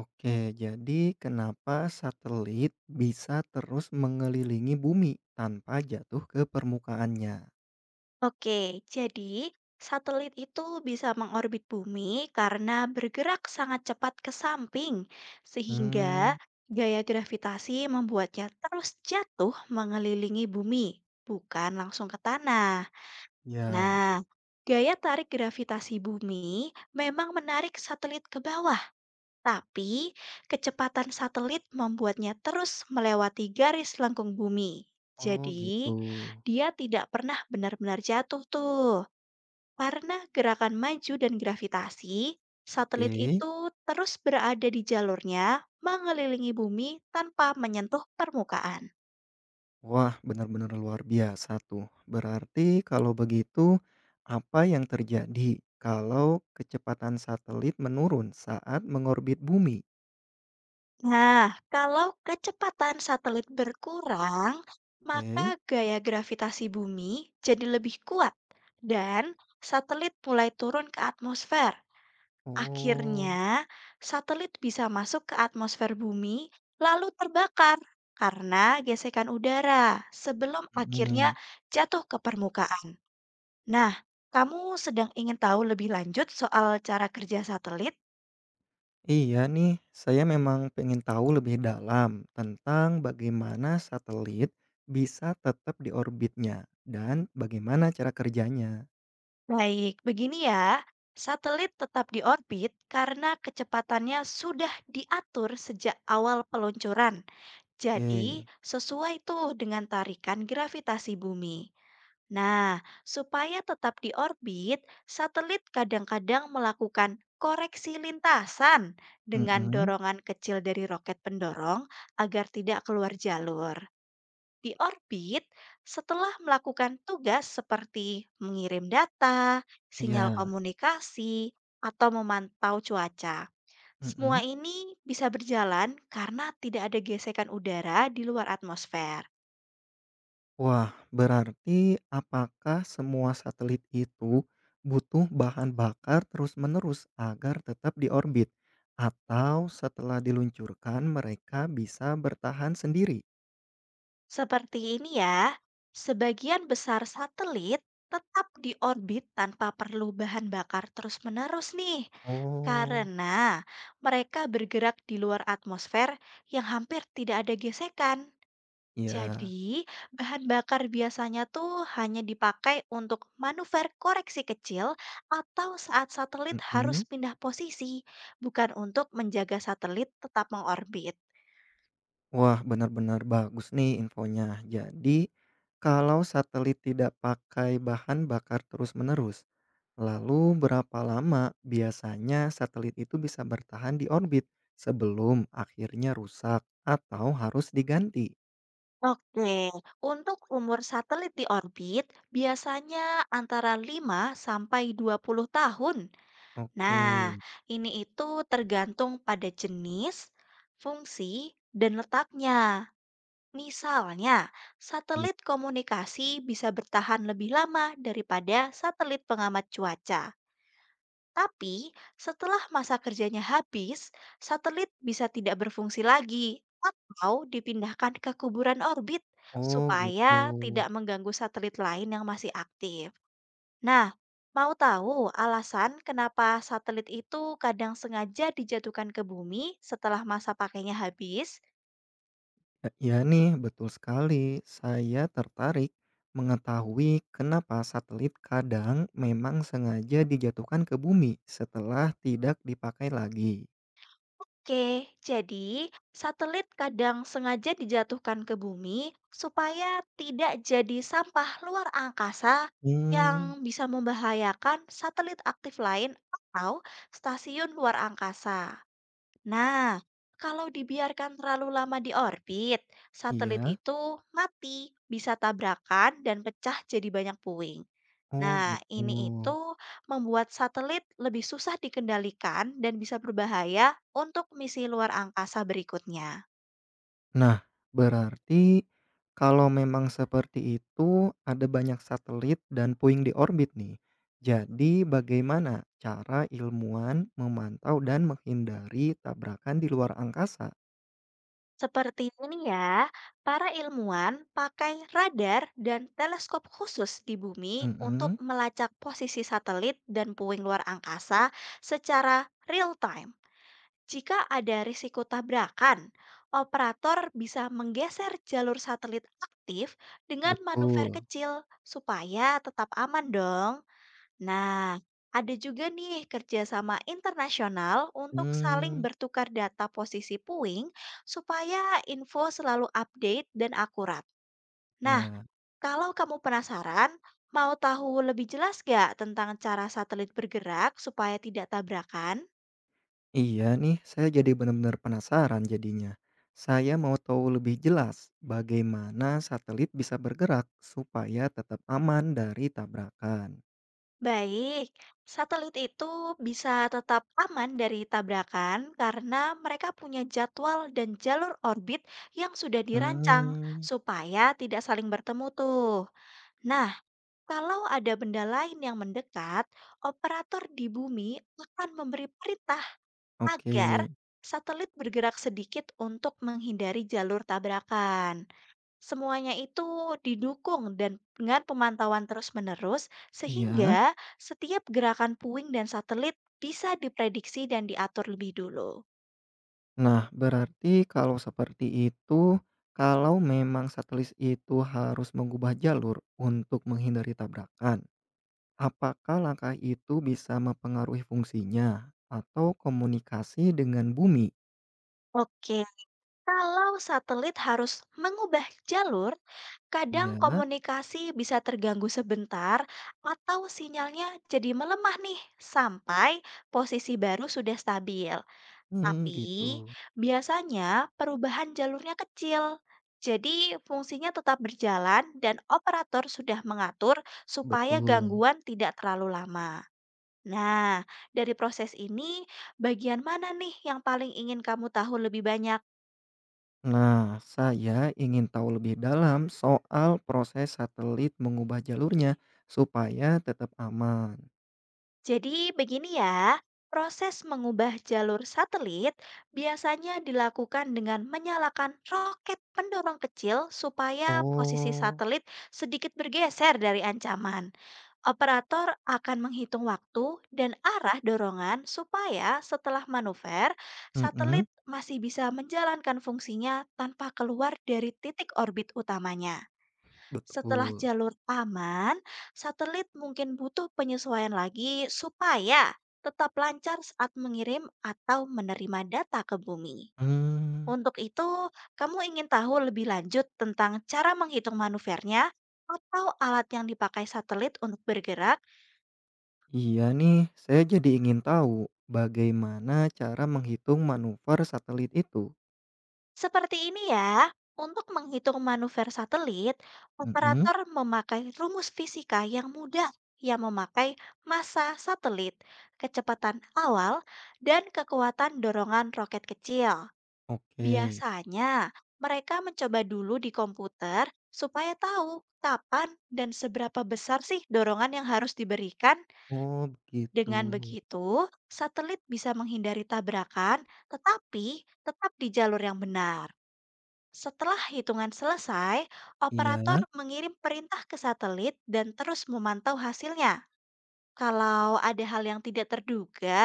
Oke, jadi kenapa satelit bisa terus mengelilingi bumi tanpa jatuh ke permukaannya? Oke, jadi satelit itu bisa mengorbit bumi karena bergerak sangat cepat ke samping, Hmm, sehingga gaya gravitasi membuatnya terus jatuh mengelilingi bumi, bukan langsung ke tanah. ya. Nah, gaya tarik gravitasi bumi memang menarik satelit ke bawah, tapi kecepatan satelit membuatnya terus melewati garis lengkung bumi. Oh gitu. Jadi, dia tidak pernah benar-benar jatuh tuh. Karena gerakan maju dan gravitasi, satelit Oke. itu terus berada di jalurnya mengelilingi bumi tanpa menyentuh permukaan. Wah, benar-benar luar biasa tuh. Berarti kalau begitu, apa yang terjadi kalau kecepatan satelit menurun saat mengorbit bumi? Nah, kalau kecepatan satelit berkurang, maka Oke. gaya gravitasi bumi jadi lebih kuat dan satelit mulai turun ke atmosfer. Oh. Akhirnya, satelit bisa masuk ke atmosfer bumi lalu terbakar karena gesekan udara sebelum akhirnya Mm. jatuh ke permukaan. Nah, kamu sedang ingin tahu lebih lanjut soal cara kerja satelit? Iya nih, saya memang pengen tahu lebih dalam tentang bagaimana satelit bisa tetap di orbitnya dan bagaimana cara kerjanya. Baik, begini ya. Satelit tetap di orbit karena kecepatannya sudah diatur sejak awal peluncuran. Jadi, Oke, sesuai tuh dengan tarikan gravitasi bumi. Nah, supaya tetap di orbit, satelit kadang-kadang melakukan koreksi lintasan dengan mhm, dorongan kecil dari roket pendorong agar tidak keluar jalur. Di orbit, setelah melakukan tugas seperti mengirim data, sinyal iya, komunikasi, atau memantau cuaca. Semua mhm. ini bisa berjalan karena tidak ada gesekan udara di luar atmosfer. Wah, berarti apakah semua satelit itu butuh bahan bakar terus-menerus agar tetap di orbit? Atau setelah diluncurkan mereka bisa bertahan sendiri? Seperti ini ya, sebagian besar satelit tetap di orbit tanpa perlu bahan bakar terus-menerus nih, Oh, karena mereka bergerak di luar atmosfer yang hampir tidak ada gesekan. iya, Jadi, bahan bakar biasanya tuh hanya dipakai untuk manuver koreksi kecil atau saat satelit harus mhm. pindah posisi, bukan untuk menjaga satelit tetap mengorbit. Wah, benar-benar bagus nih infonya. Jadi, kalau satelit tidak pakai bahan bakar terus-menerus, lalu berapa lama biasanya satelit itu bisa bertahan di orbit sebelum akhirnya rusak atau harus diganti? Oke, untuk umur satelit di orbit biasanya antara 5 sampai 20 tahun. Nah, Oke. ini itu tergantung pada jenis, fungsi, dan letaknya. Misalnya, satelit komunikasi bisa bertahan lebih lama daripada satelit pengamat cuaca. Tapi, setelah masa kerjanya habis, satelit bisa tidak berfungsi lagi atau dipindahkan ke kuburan orbit Oh, supaya gitu. tidak mengganggu satelit lain yang masih aktif. Nah, mau tahu alasan kenapa satelit itu kadang sengaja dijatuhkan ke bumi setelah masa pakainya habis? Iya nih, betul sekali. Saya tertarik mengetahui kenapa satelit kadang memang sengaja dijatuhkan ke bumi setelah tidak dipakai lagi. Oke, jadi satelit kadang sengaja dijatuhkan ke bumi supaya tidak jadi sampah luar angkasa yang Hmm, bisa membahayakan satelit aktif lain atau stasiun luar angkasa. Nah, kalau dibiarkan terlalu lama di orbit, satelit iya? itu mati, bisa tabrakan dan pecah jadi banyak puing. Oh, Nah, gitu. ini itu membuat satelit lebih susah dikendalikan dan bisa berbahaya untuk misi luar angkasa berikutnya. Nah, berarti kalau memang seperti itu, ada banyak satelit dan puing di orbit nih. Jadi bagaimana cara ilmuwan memantau dan menghindari tabrakan di luar angkasa? Seperti ini ya, para ilmuwan pakai radar dan teleskop khusus di bumi untuk Mhm, melacak posisi satelit dan puing luar angkasa secara real time. Jika ada risiko tabrakan, operator bisa menggeser jalur satelit aktif dengan manuver betul. kecil supaya tetap aman dong. Nah, ada juga nih kerjasama internasional untuk saling Hmm, bertukar data posisi puing supaya info selalu update dan akurat. Nah, ya. kalau kamu penasaran, mau tahu lebih jelas gak tentang cara satelit bergerak supaya tidak tabrakan? Iya nih, saya jadi benar-benar penasaran jadinya. Saya mau tahu lebih jelas bagaimana satelit bisa bergerak supaya tetap aman dari tabrakan. Baik, satelit itu bisa tetap aman dari tabrakan karena mereka punya jadwal dan jalur orbit yang sudah dirancang Hmm, supaya tidak saling bertemu tuh. Nah, kalau ada benda lain yang mendekat, operator di bumi akan memberi perintah oke. agar satelit bergerak sedikit untuk menghindari jalur tabrakan. Semuanya itu didukung dan dengan pemantauan terus-menerus Iya? sehingga setiap gerakan puing dan satelit bisa diprediksi dan diatur lebih dulu. Nah, berarti kalau seperti itu, kalau memang satelit itu harus mengubah jalur untuk menghindari tabrakan, apakah langkah itu bisa mempengaruhi fungsinya atau komunikasi dengan bumi? Oke, kalau satelit harus mengubah jalur, kadang Iya, komunikasi bisa terganggu sebentar atau sinyalnya jadi melemah nih sampai posisi baru sudah stabil. mmm, gitu, Tapi biasanya perubahan jalurnya kecil. Jadi fungsinya tetap berjalan dan operator sudah mengatur supaya betul. gangguan tidak terlalu lama. Nah, dari proses ini, bagian mana nih yang paling ingin kamu tahu lebih banyak? Nah, saya ingin tahu lebih dalam soal proses satelit mengubah jalurnya supaya tetap aman. Jadi begini ya, proses mengubah jalur satelit biasanya dilakukan dengan menyalakan roket pendorong kecil supaya posisi Oh, satelit sedikit bergeser dari ancaman. Operator akan menghitung waktu dan arah dorongan supaya setelah manuver, mhm, satelit masih bisa menjalankan fungsinya tanpa keluar dari titik orbit utamanya. Setelah betul. jalur aman, satelit mungkin butuh penyesuaian lagi supaya tetap lancar saat mengirim atau menerima data ke bumi. Mmm, Untuk itu, kamu ingin tahu lebih lanjut tentang cara menghitung manuvernya atau alat yang dipakai satelit untuk bergerak? iya nih, saya jadi ingin tahu bagaimana cara menghitung manuver satelit itu? Seperti ini ya, untuk menghitung manuver satelit, Mhm, operator memakai rumus fisika yang mudah yang memakai massa satelit, kecepatan awal, dan kekuatan dorongan roket kecil. oke. Biasanya, mereka mencoba dulu di komputer supaya tahu kapan dan seberapa besar sih dorongan yang harus diberikan. Oh, begitu. Dengan begitu, satelit bisa menghindari tabrakan, tetapi tetap di jalur yang benar. Setelah hitungan selesai, Iya? operator mengirim perintah ke satelit dan terus memantau hasilnya. Kalau ada hal yang tidak terduga,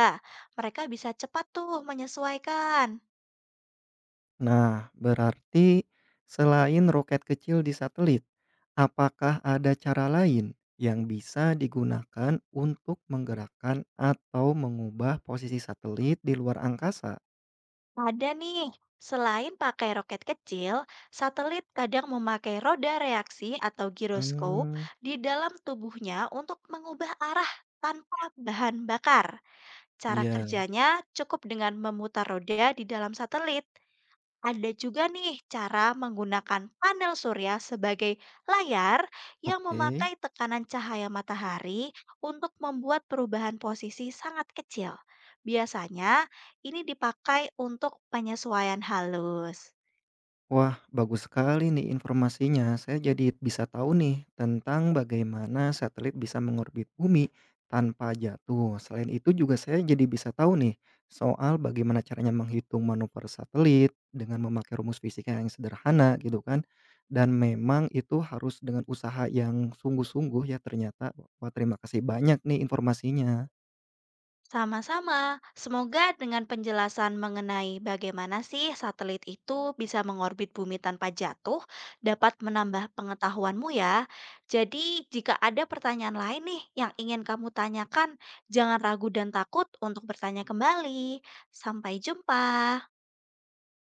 mereka bisa cepat tuh menyesuaikan. Nah, berarti selain roket kecil di satelit, apakah ada cara lain yang bisa digunakan untuk menggerakkan atau mengubah posisi satelit di luar angkasa? Ada nih, selain pakai roket kecil, satelit kadang memakai roda reaksi atau giroskop Hmm, di dalam tubuhnya untuk mengubah arah tanpa bahan bakar. Cara iya, kerjanya cukup dengan memutar roda di dalam satelit. Ada juga nih cara menggunakan panel surya sebagai layar yang oke. memakai tekanan cahaya matahari untuk membuat perubahan posisi sangat kecil. Biasanya ini dipakai untuk penyesuaian halus. Wah, bagus sekali nih informasinya. Saya jadi bisa tahu nih tentang bagaimana satelit bisa mengorbit bumi tanpa jatuh. Selain itu juga saya jadi bisa tahu nih soal bagaimana caranya menghitung manuver satelit dengan memakai rumus fisika yang sederhana gitu kan. Dan memang itu harus dengan usaha yang sungguh-sungguh ya ternyata. Wah, terima kasih banyak nih informasinya. Sama-sama. Semoga dengan penjelasan mengenai bagaimana sih satelit itu bisa mengorbit bumi tanpa jatuh dapat menambah pengetahuanmu ya. Jadi, jika ada pertanyaan lain nih yang ingin kamu tanyakan, jangan ragu dan takut untuk bertanya kembali. Sampai jumpa.